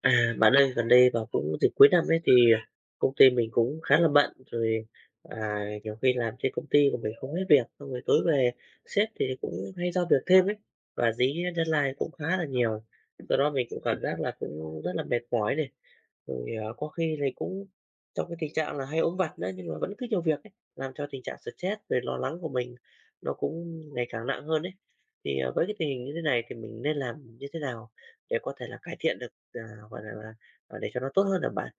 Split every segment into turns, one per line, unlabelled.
Bạn ơi, gần đây vào cũng dịp cuối năm ấy thì công ty mình cũng khá là bận rồi à, nhiều khi làm trên công ty của mình không hết việc, xong rồi tối về sếp thì cũng hay giao việc thêm ấy, và dí deadline cũng khá là nhiều, do đó mình cũng cảm giác là cũng rất là mệt mỏi này rồi à, có khi thì cũng trong cái tình trạng là hay ốm vặt nữa, nhưng mà vẫn cứ nhiều việc ấy, làm cho tình trạng stress rồi lo lắng của mình nó cũng ngày càng nặng hơn ấy. Thì với cái tình hình như thế này thì mình nên làm như thế nào để có thể là cải thiện được? À, gọi là, để cho nó tốt hơn hả bạn?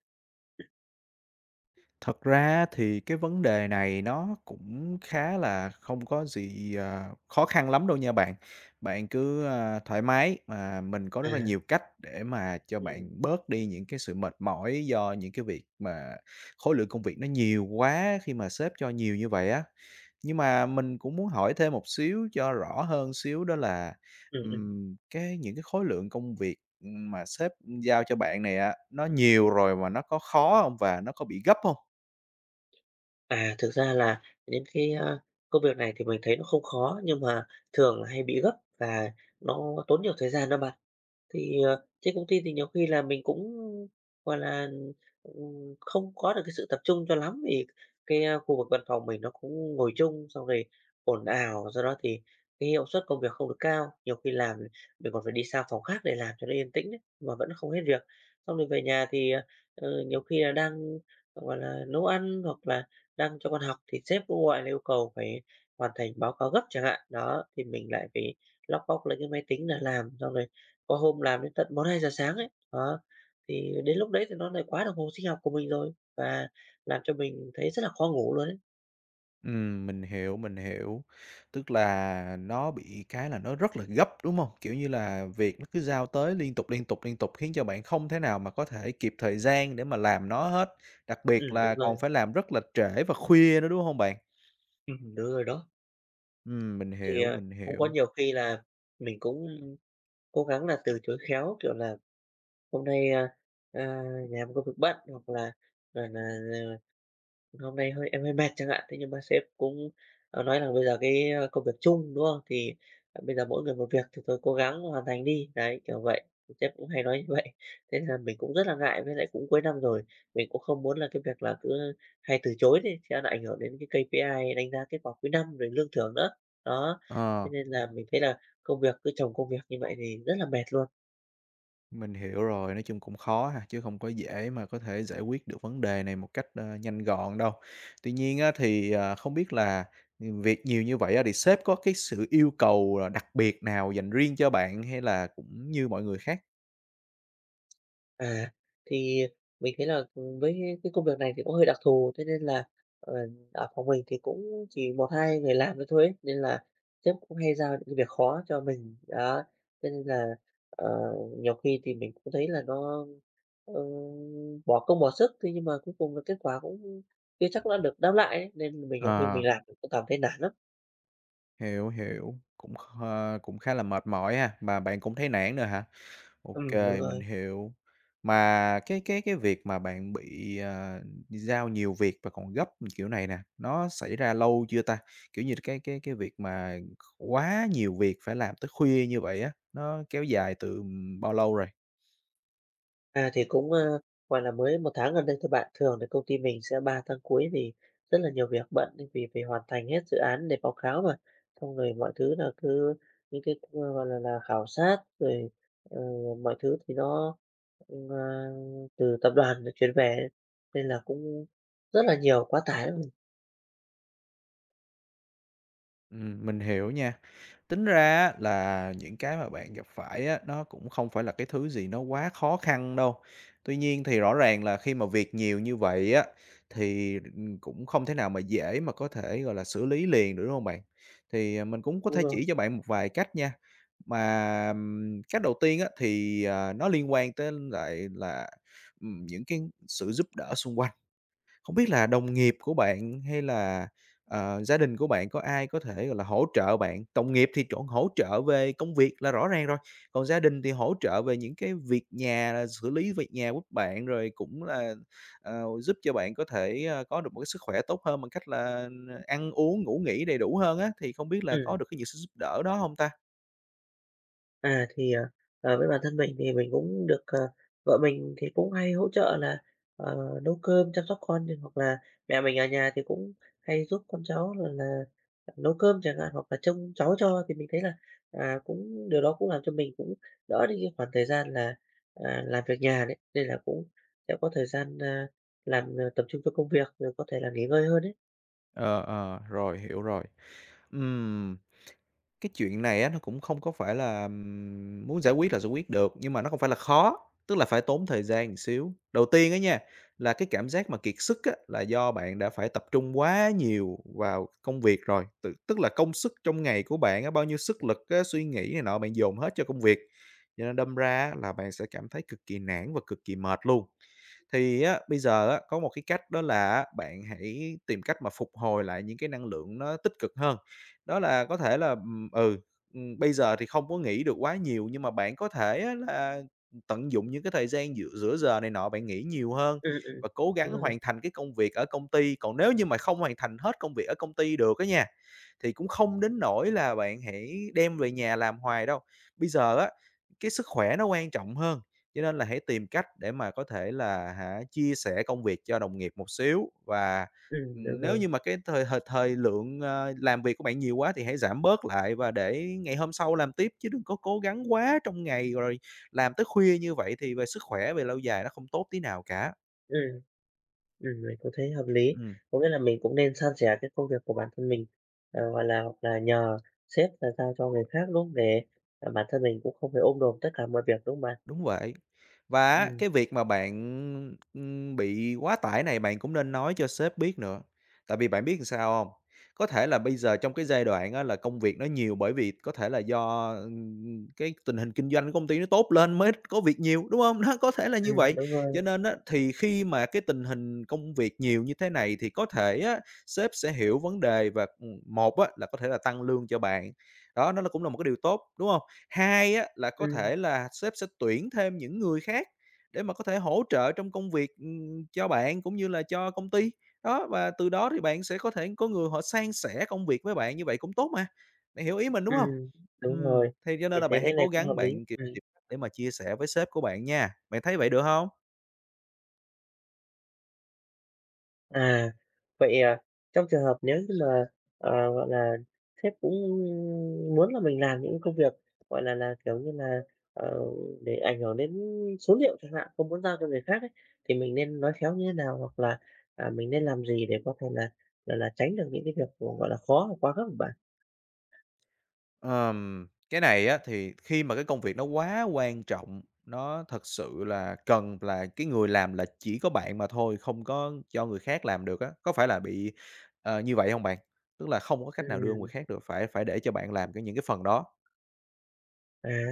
Thật ra thì cái vấn đề này nó cũng khá là không có gì, khó khăn lắm đâu nha bạn. Bạn cứ, thoải mái, mà mình có rất là
À,
nhiều cách để mà cho
ừm,
bạn bớt đi những cái sự mệt mỏi do những cái việc mà khối lượng công việc nó nhiều quá khi mà sếp cho nhiều như vậy á. Nhưng mà mình cũng muốn hỏi thêm một xíu cho rõ hơn xíu đó là,
ừm.
cái những cái khối lượng công việc, mà sếp giao cho bạn này á, nó nhiều rồi mà nó có khó không và nó có bị gấp không?
À, thực ra là những cái, công việc này thì mình thấy nó không khó, nhưng mà thường là hay bị gấp, và nó tốn nhiều thời gian đó bạn. Thì, ờ, trên công ty thì nhiều khi là mình cũng, gọi là, không có được cái sự tập trung cho lắm, vì cái, khu vực văn phòng mình nó cũng ngồi chung, xong rồi ồn ào, do đó thì cái hiệu suất công việc không được cao. Nhiều khi làm mình còn phải đi sang phòng khác để làm cho nó yên tĩnh ấy, mà vẫn không hết việc. Xong rồi về nhà thì, nhiều khi là đang, gọi là, nấu ăn hoặc là đang cho con học, thì sếp cũng gọi là yêu cầu phải hoàn thành báo cáo gấp chẳng hạn. Đó, thì mình lại phải lóc bóc lấy cái máy tính ra làm, xong rồi có hôm làm đến tận bốn hai giờ sáng ấy, đó, thì đến lúc đấy thì nó lại quá đồng hồ sinh học của mình rồi, và làm cho mình thấy rất là khó ngủ luôn ấy.
Mình hiểu, mình hiểu. Tức là nó bị cái là nó rất là gấp, đúng không? Kiểu như là, việc nó cứ giao tới liên tục, liên tục, liên tục khiến cho bạn không thể nào mà có thể kịp thời gian để mà làm nó hết, đặc biệt
Đúng
là còn
rồi.
phải làm rất là trễ và khuya nữa, đúng không bạn?
Đúng rồi đó.
Mình
Thì,
hiểu,
à,
mình
cũng có
hiểu.
nhiều khi là mình cũng cố gắng là từ chối khéo, kiểu là, hôm nay, a, làm công việc bận, hoặc là, hôm nay hơi em hơi mệt chẳng hạn, thế nhưng mà sếp cũng, nói là bây giờ cái, công việc chung, đúng không? Thì, bây giờ mỗi người một việc thì tôi cố gắng hoàn thành đi, đấy, kiểu vậy. Sếp cũng hay nói như vậy, thế là mình cũng rất là ngại, với lại cũng cuối năm rồi, mình cũng không muốn là cái việc là cứ hay từ chối thì sẽ là ảnh hưởng đến cái KPI đánh giá kết quả cuối năm, rồi lương thưởng nữa. Đó, thế
Ờ.
nên là mình thấy là công việc cứ chồng công việc như vậy thì rất là mệt luôn.
Mình hiểu rồi, nói chung cũng khó ha, chứ không có dễ mà có thể giải quyết được vấn đề này một cách, nhanh gọn đâu. Tuy nhiên á, thì, không biết là, việc nhiều như vậy á, thì sếp có cái sự yêu cầu, đặc biệt nào dành riêng cho bạn hay là cũng như mọi người khác?
À, thì mình thấy là, với cái công việc này thì cũng hơi đặc thù, thế nên là, ờ, ở phòng mình thì cũng chỉ một 2 người làm nữa thôi ấy, nên là sếp cũng hay giao những cái việc khó cho mình. Đó, thế nên là, nhiều khi thì mình cũng thấy là nó, ờ, bỏ công bỏ sức, thế nhưng mà cuối cùng là kết quả cũng chưa chắc đã được đáp lại ấy, nên mình nhiều khi
Ờ,
mình làm cũng cảm thấy nản lắm.
hiểu, hiểu, cũng cũng khá là mệt mỏi ha, mà bạn cũng thấy nản nữa hả?
Ừ,
OK,
đúng
mình
rồi.
hiểu. Mà cái việc mà bạn bị, đi giao nhiều việc và còn gấp kiểu này nè, nó xảy ra lâu chưa ta? Kiểu như cái việc mà quá nhiều việc phải làm tới khuya như vậy á, nó kéo dài từ bao lâu rồi?
À, thì cũng, gọi là, mới một tháng gần đây thôi bạn. Thường thì công ty mình sẽ 3 tháng cuối thì rất là nhiều việc bận, nên vì phải hoàn thành hết dự án để báo cáo mà. Xong rồi mọi thứ là cứ những cái, gọi là, khảo sát rồi, ờ, mọi thứ thì nó, ờ, từ tập đoàn được chuyển về, nên là cũng rất là nhiều, quá tải rồi.
Mình hiểu nha. Tính ra á là những cái mà bạn gặp phải á, nó cũng không phải là cái thứ gì nó quá khó khăn đâu. Tuy nhiên thì rõ ràng là khi mà việc nhiều như vậy á, thì, cũng không thể nào mà dễ mà có thể, gọi là, xử lý liền được, đúng hông bạn? Thì, mình cũng có
Đúng
thể
rồi,
chỉ cho bạn một vài cách nha. Mà, cách đầu tiên á, thì, nó liên quan tới lại là, những cái sự giúp đỡ xung quanh. Không biết là đồng nghiệp của bạn hay là, gia đình của bạn có ai có thể, gọi là, hỗ trợ bạn? Đồng nghiệp thì chỗ hỗ trợ về công việc là rõ ràng rồi, còn gia đình thì hỗ trợ về những cái việc nhà, là xử lý việc nhà của bạn, rồi cũng là, giúp cho bạn có thể, có được một cái sức khỏe tốt hơn bằng cách là ăn uống, ngủ nghỉ đầy đủ hơn á, thì không biết là
ừm.
có được cái những sự giúp đỡ đó không ta?
À, thì, với bản thân mình thì mình cũng được, vợ mình thì cũng hay hỗ trợ là, nấu cơm, chăm sóc con, thì hoặc là mẹ mình ở nhà thì cũng hay giúp con cháu là nấu cơm chẳng hạn, hoặc là trông cháu cho. Thì mình thấy là, cũng điều đó cũng làm cho mình cũng đỡ đi cái khoảng thời gian là, làm việc nhà đấy, nên là cũng sẽ có thời gian, làm, tập trung cho công việc, rồi có thể là nghỉ ngơi hơn đấy.
Ờ, ờ, rồi, hiểu rồi. Ừm, cái chuyện này á, nó cũng không có phải là, muốn giải quyết là giải quyết được, nhưng mà nó không phải là khó, tức là phải tốn thời gian một xíu. Đầu tiên á nha, là cái cảm giác mà kiệt sức á, là do bạn đã phải tập trung quá nhiều vào công việc rồi, tự tức là công sức trong ngày của bạn á, bao nhiêu sức lực á, suy nghĩ này nọ bạn dồn hết cho công việc, cho nên đâm ra á, là bạn sẽ cảm thấy cực kỳ nản và cực kỳ mệt luôn. Thì á, bây giờ á, có một cái cách đó là bạn hãy tìm cách mà phục hồi lại những cái năng lượng nó tích cực hơn. Đó là có thể là, bây giờ thì không có nghĩ được quá nhiều, nhưng mà bạn có thể á là tận dụng những cái thời gian giữa giữa giờ này nọ, bạn nghĩ nhiều hơn
Ừ ừ,
và cố
đúng
gắng
rồi.
hoàn thành cái công việc ở công ty. Còn nếu như mà không hoàn thành hết công việc ở công ty được á nha, thì cũng không đến nỗi là bạn hãy đem về nhà làm hoài đâu. Bây giờ á, cái sức khỏe nó quan trọng hơn, cho nên là hãy tìm cách để mà có thể là, hả, chia sẻ công việc cho đồng nghiệp một xíu và
Ừ, đúng
nếu
rồi,
như mà cái thời thời thời lượng, làm việc của bạn nhiều quá thì hãy giảm bớt lại và để ngày hôm sau làm tiếp chứ đừng có cố gắng quá trong ngày rồi làm tới khuya như vậy thì về sức khỏe về lâu dài nó không tốt tí nào cả.
ừm. Mình cũng thấy hợp lý.
Ừm.
Có nghĩa là mình cũng nên san sẻ cái công việc của bản thân mình, ờ, hoặc là nhờ sếp là giao cho người khác, đúng không? Để, bản thân mình cũng không phải ôm đồm tất cả mọi việc, đúng không bạn?
Đúng vậy. Và á,
Ừm,
cái việc mà bạn, bị quá tải này bạn cũng nên nói cho sếp biết nữa. Tại vì bạn biết làm sao không? Có thể là bây giờ trong cái giai đoạn á là công việc nó nhiều bởi vì có thể là do, cái tình hình kinh doanh của công ty nó tốt lên mới có việc nhiều, đúng không? Nó có thể là như vậy.
đúng rồi.
Cho nên á, thì khi mà cái tình hình công việc nhiều như thế này thì có thể á, sếp sẽ hiểu vấn đề và, một á là có thể là tăng lương cho bạn. Đó, nó là cũng là một cái điều tốt, đúng không? Hai á, là có
Ừm,
thể là sếp sẽ tuyển thêm những người khác để mà có thể hỗ trợ trong công việc, cho bạn cũng như là cho công ty. Đó, và từ đó thì bạn sẽ có thể có người họ san sẻ công việc với bạn, như vậy cũng tốt mà. Bạn hiểu ý mình, đúng không?
ừm, đúng rồi.
Thì cho nên
Mình
là
thấy
bạn
cái
hãy cố
này cũng hợp
gắng
lý,
bạn, kiểu,
ừm.
tìm cách để mà chia sẻ với sếp của bạn nha. Bạn thấy vậy được không?
À, vậy, trong trường hợp nếu như mà, gọi là, sếp cũng muốn là mình làm những công việc, gọi là, kiểu như là, ờ, để ảnh hưởng đến số liệu chẳng hạn, không muốn giao cho người khác ấy, thì mình nên nói khéo như thế nào? Hoặc là, mình nên làm gì để có thể là tránh được những cái việc, gọi là, khó và quá gấp hả bạn?
Cái này á thì khi mà cái công việc nó quá quan trọng, nó thật sự là cần là cái người làm là chỉ có bạn mà thôi, không có cho người khác làm được á, có phải là bị, như vậy không bạn? Tức là không có cách nào đưa người
Ừm,
khác được, phải phải để cho bạn làm cái những cái phần đó.
à.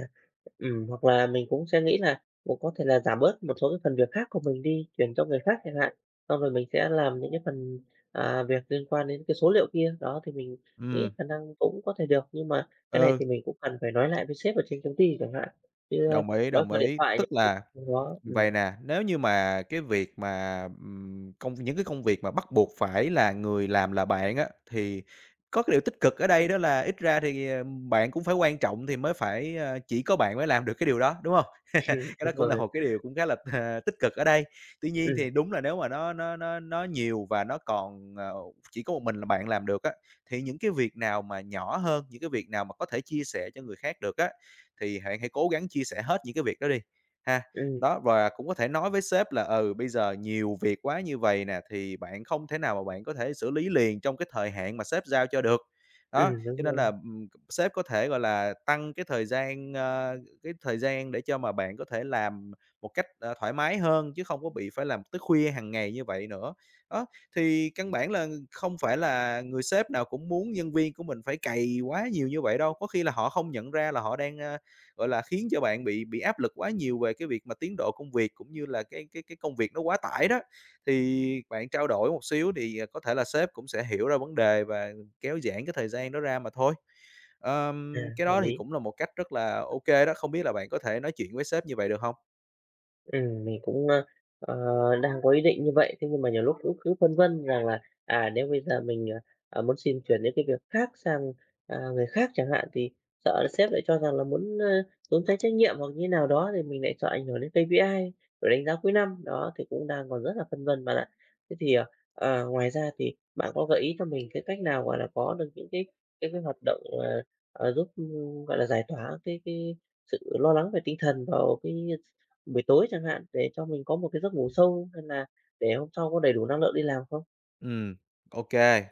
Hoặc là mình cũng sẽ nghĩ là cũng có thể là giảm bớt một số cái phần việc khác của mình đi, chuyển cho người khác chẳng hạn. Xong rồi mình sẽ làm những cái phần, việc liên quan đến cái số liệu kia, đó, thì mình nghĩ
Ừ,
khả năng cũng có thể được. Nhưng mà cái này
ừ,
thì mình cũng cần phải nói lại với sếp ở trên công ty chẳng hạn, chứ, nói
đồng
qua điện
ý,
thoại
tức
thì
là.
không có.
Vậy nè, nếu như mà cái việc mà, công những cái công việc mà bắt buộc phải là người làm là bạn á, thì có cái điều tích cực ở đây đó là ít ra thì, bạn cũng phải quan trọng thì mới phải, chỉ có bạn mới làm được cái điều đó, đúng không? Cái
Đúng
đó cũng là
rồi.
một cái điều cũng khá là, tích cực ở đây. Tuy nhiên
Ừm,
thì đúng là nếu mà nó nhiều và nó còn, chỉ có một mình là bạn làm được á, thì những cái việc nào mà nhỏ hơn, những cái việc nào mà có thể chia sẻ cho người khác được á, thì bạn hãy cố gắng chia sẻ hết những cái việc đó đi, ha.
ừm,
Đó, và cũng có thể nói với sếp là "Ừ, bây giờ nhiều việc quá như vậy nè, thì bạn không thể nào mà bạn có thể xử lý liền trong cái thời hạn mà sếp giao cho được." Đó, cho
đúng
nên là,
rồi.
sếp có thể, gọi là, tăng cái thời gian để cho mà bạn có thể làm một cách, thoải mái hơn, chứ không có bị phải làm tới khuya hàng ngày như vậy nữa. Đó, thì căn bản là không phải là người sếp nào cũng muốn nhân viên của mình phải cày quá nhiều như vậy đâu, có khi là họ không nhận ra là họ đang, gọi là, khiến cho bạn bị áp lực quá nhiều về cái việc mà tiến độ công việc, cũng như là cái công việc nó quá tải đó. Thì bạn trao đổi một xíu thì, có thể là sếp cũng sẽ hiểu ra vấn đề và kéo giãn cái thời gian đó ra mà thôi.
À,
Cái
hợp
đó thì
lý.
cũng là một cách rất là OK đó, không biết là bạn có thể nói chuyện với sếp như vậy được không?
Mình cũng, ờ, đang có ý định như vậy, thế nhưng mà nhiều lúc cũng cứ phân vân rằng là, à, nếu bây giờ mình, muốn xin chuyển những cái việc khác sang, người khác chẳng hạn, thì sợ là sếp lại cho rằng là muốn, trốn tránh trách nhiệm hoặc như thế nào đó, thì mình lại sợ ảnh hưởng đến KPI, rồi đánh giá cuối năm. Đó, thì cũng đang còn rất là phân vân bạn ạ. Thế thì, ngoài ra thì bạn có gợi ý cho mình cái cách nào, gọi là, có được những cái hoạt động, giúp, gọi là, giải tỏa cái sự lo lắng về tinh thần vào cái buổi tối chẳng hạn, để cho mình có một cái giấc ngủ sâu, hay là để hôm sau có đầy đủ năng lượng đi làm không?
Ừm, ô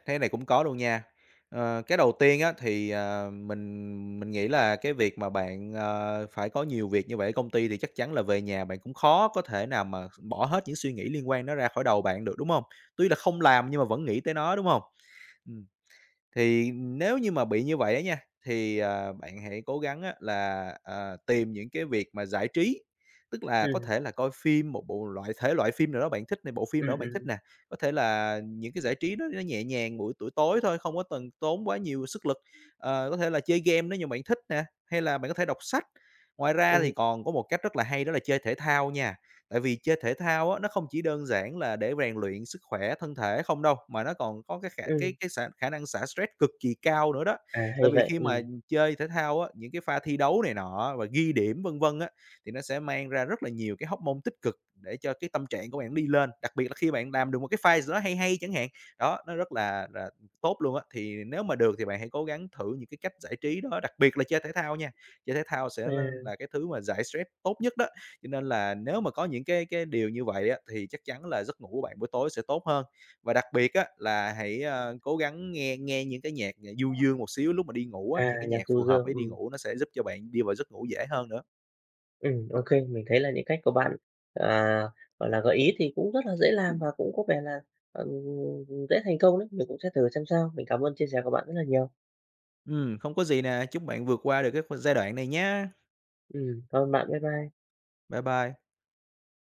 thế này cũng có luôn nha. Ờ, cái đầu tiên á thì, mình nghĩ là cái việc mà bạn, phải có nhiều việc như vậy ở công ty thì chắc chắn là về nhà bạn cũng khó có thể nào mà bỏ hết những suy nghĩ liên quan nó ra khỏi đầu bạn được, đúng không? Tuy là không làm nhưng mà vẫn nghĩ tới nó, đúng không? Ừm. Thì nếu như mà bị như vậy á nha, thì, bạn hãy cố gắng á là, tìm những cái việc mà giải trí, tức là có
Ừm,
thể là coi phim, một bộ loại thể loại phim nào đó bạn thích này, bộ phim
ừm,
nào đó bạn thích
ừm,
nè, có thể là những cái giải trí nó nhẹ nhàng buổi buổi tối thôi, không có cần tốn quá nhiều sức lực. Ờ, có thể là chơi game nếu như bạn thích nè, hay là bạn có thể đọc sách. Ngoài ra thì
ừm,
còn có một cách rất là hay đó là chơi thể thao nha. Tại vì chơi thể thao á, nó không chỉ đơn giản là để rèn luyện sức khỏe thân thể không đâu, mà nó còn có cái khả
ừm.
cái cái xả khả năng xả stress cực kỳ cao nữa đó.
À, hay
Tại vì
vậy,
khi
ừm.
mà chơi thể thao á, những cái pha thi đấu này nọ và ghi điểm vân vân á, thì nó sẽ mang ra rất là nhiều cái hóc môn tích cực để cho cái tâm trạng của bạn đi lên, đặc biệt là khi bạn làm được một cái pha gì đó hay hay chẳng hạn. Đó, nó rất là tốt luôn á. Thì nếu mà được thì bạn hãy cố gắng thử những cái cách giải trí đó, đặc biệt là chơi thể thao nha. Chơi thể thao sẽ là
À,
là cái thứ mà giải stress tốt nhất đó. Cho nên là nếu mà có những cái điều như vậy á, thì chắc chắn là giấc ngủ của bạn buổi tối sẽ tốt hơn. Và đặc biệt á, là hãy, cố gắng nghe nghe những cái nhạc, du dương một xíu lúc mà đi ngủ á, những cái
nhạc
nhạc
du
phù hợp
dương,
với đi ngủ nó sẽ giúp cho bạn đi vào giấc ngủ dễ hơn nữa.
ô kê, mình thấy là những cách của bạn, à, gọi là, gợi ý thì cũng rất là dễ làm và cũng có vẻ là, dễ thành công đấy. Mình cũng sẽ thử xem sao. Mình cảm ơn chia sẻ của bạn rất là nhiều.
Không có gì nè, chúc bạn vượt qua được cái giai đoạn này nhá.
Cảm ơn bạn. Bye bye.
Bye bye.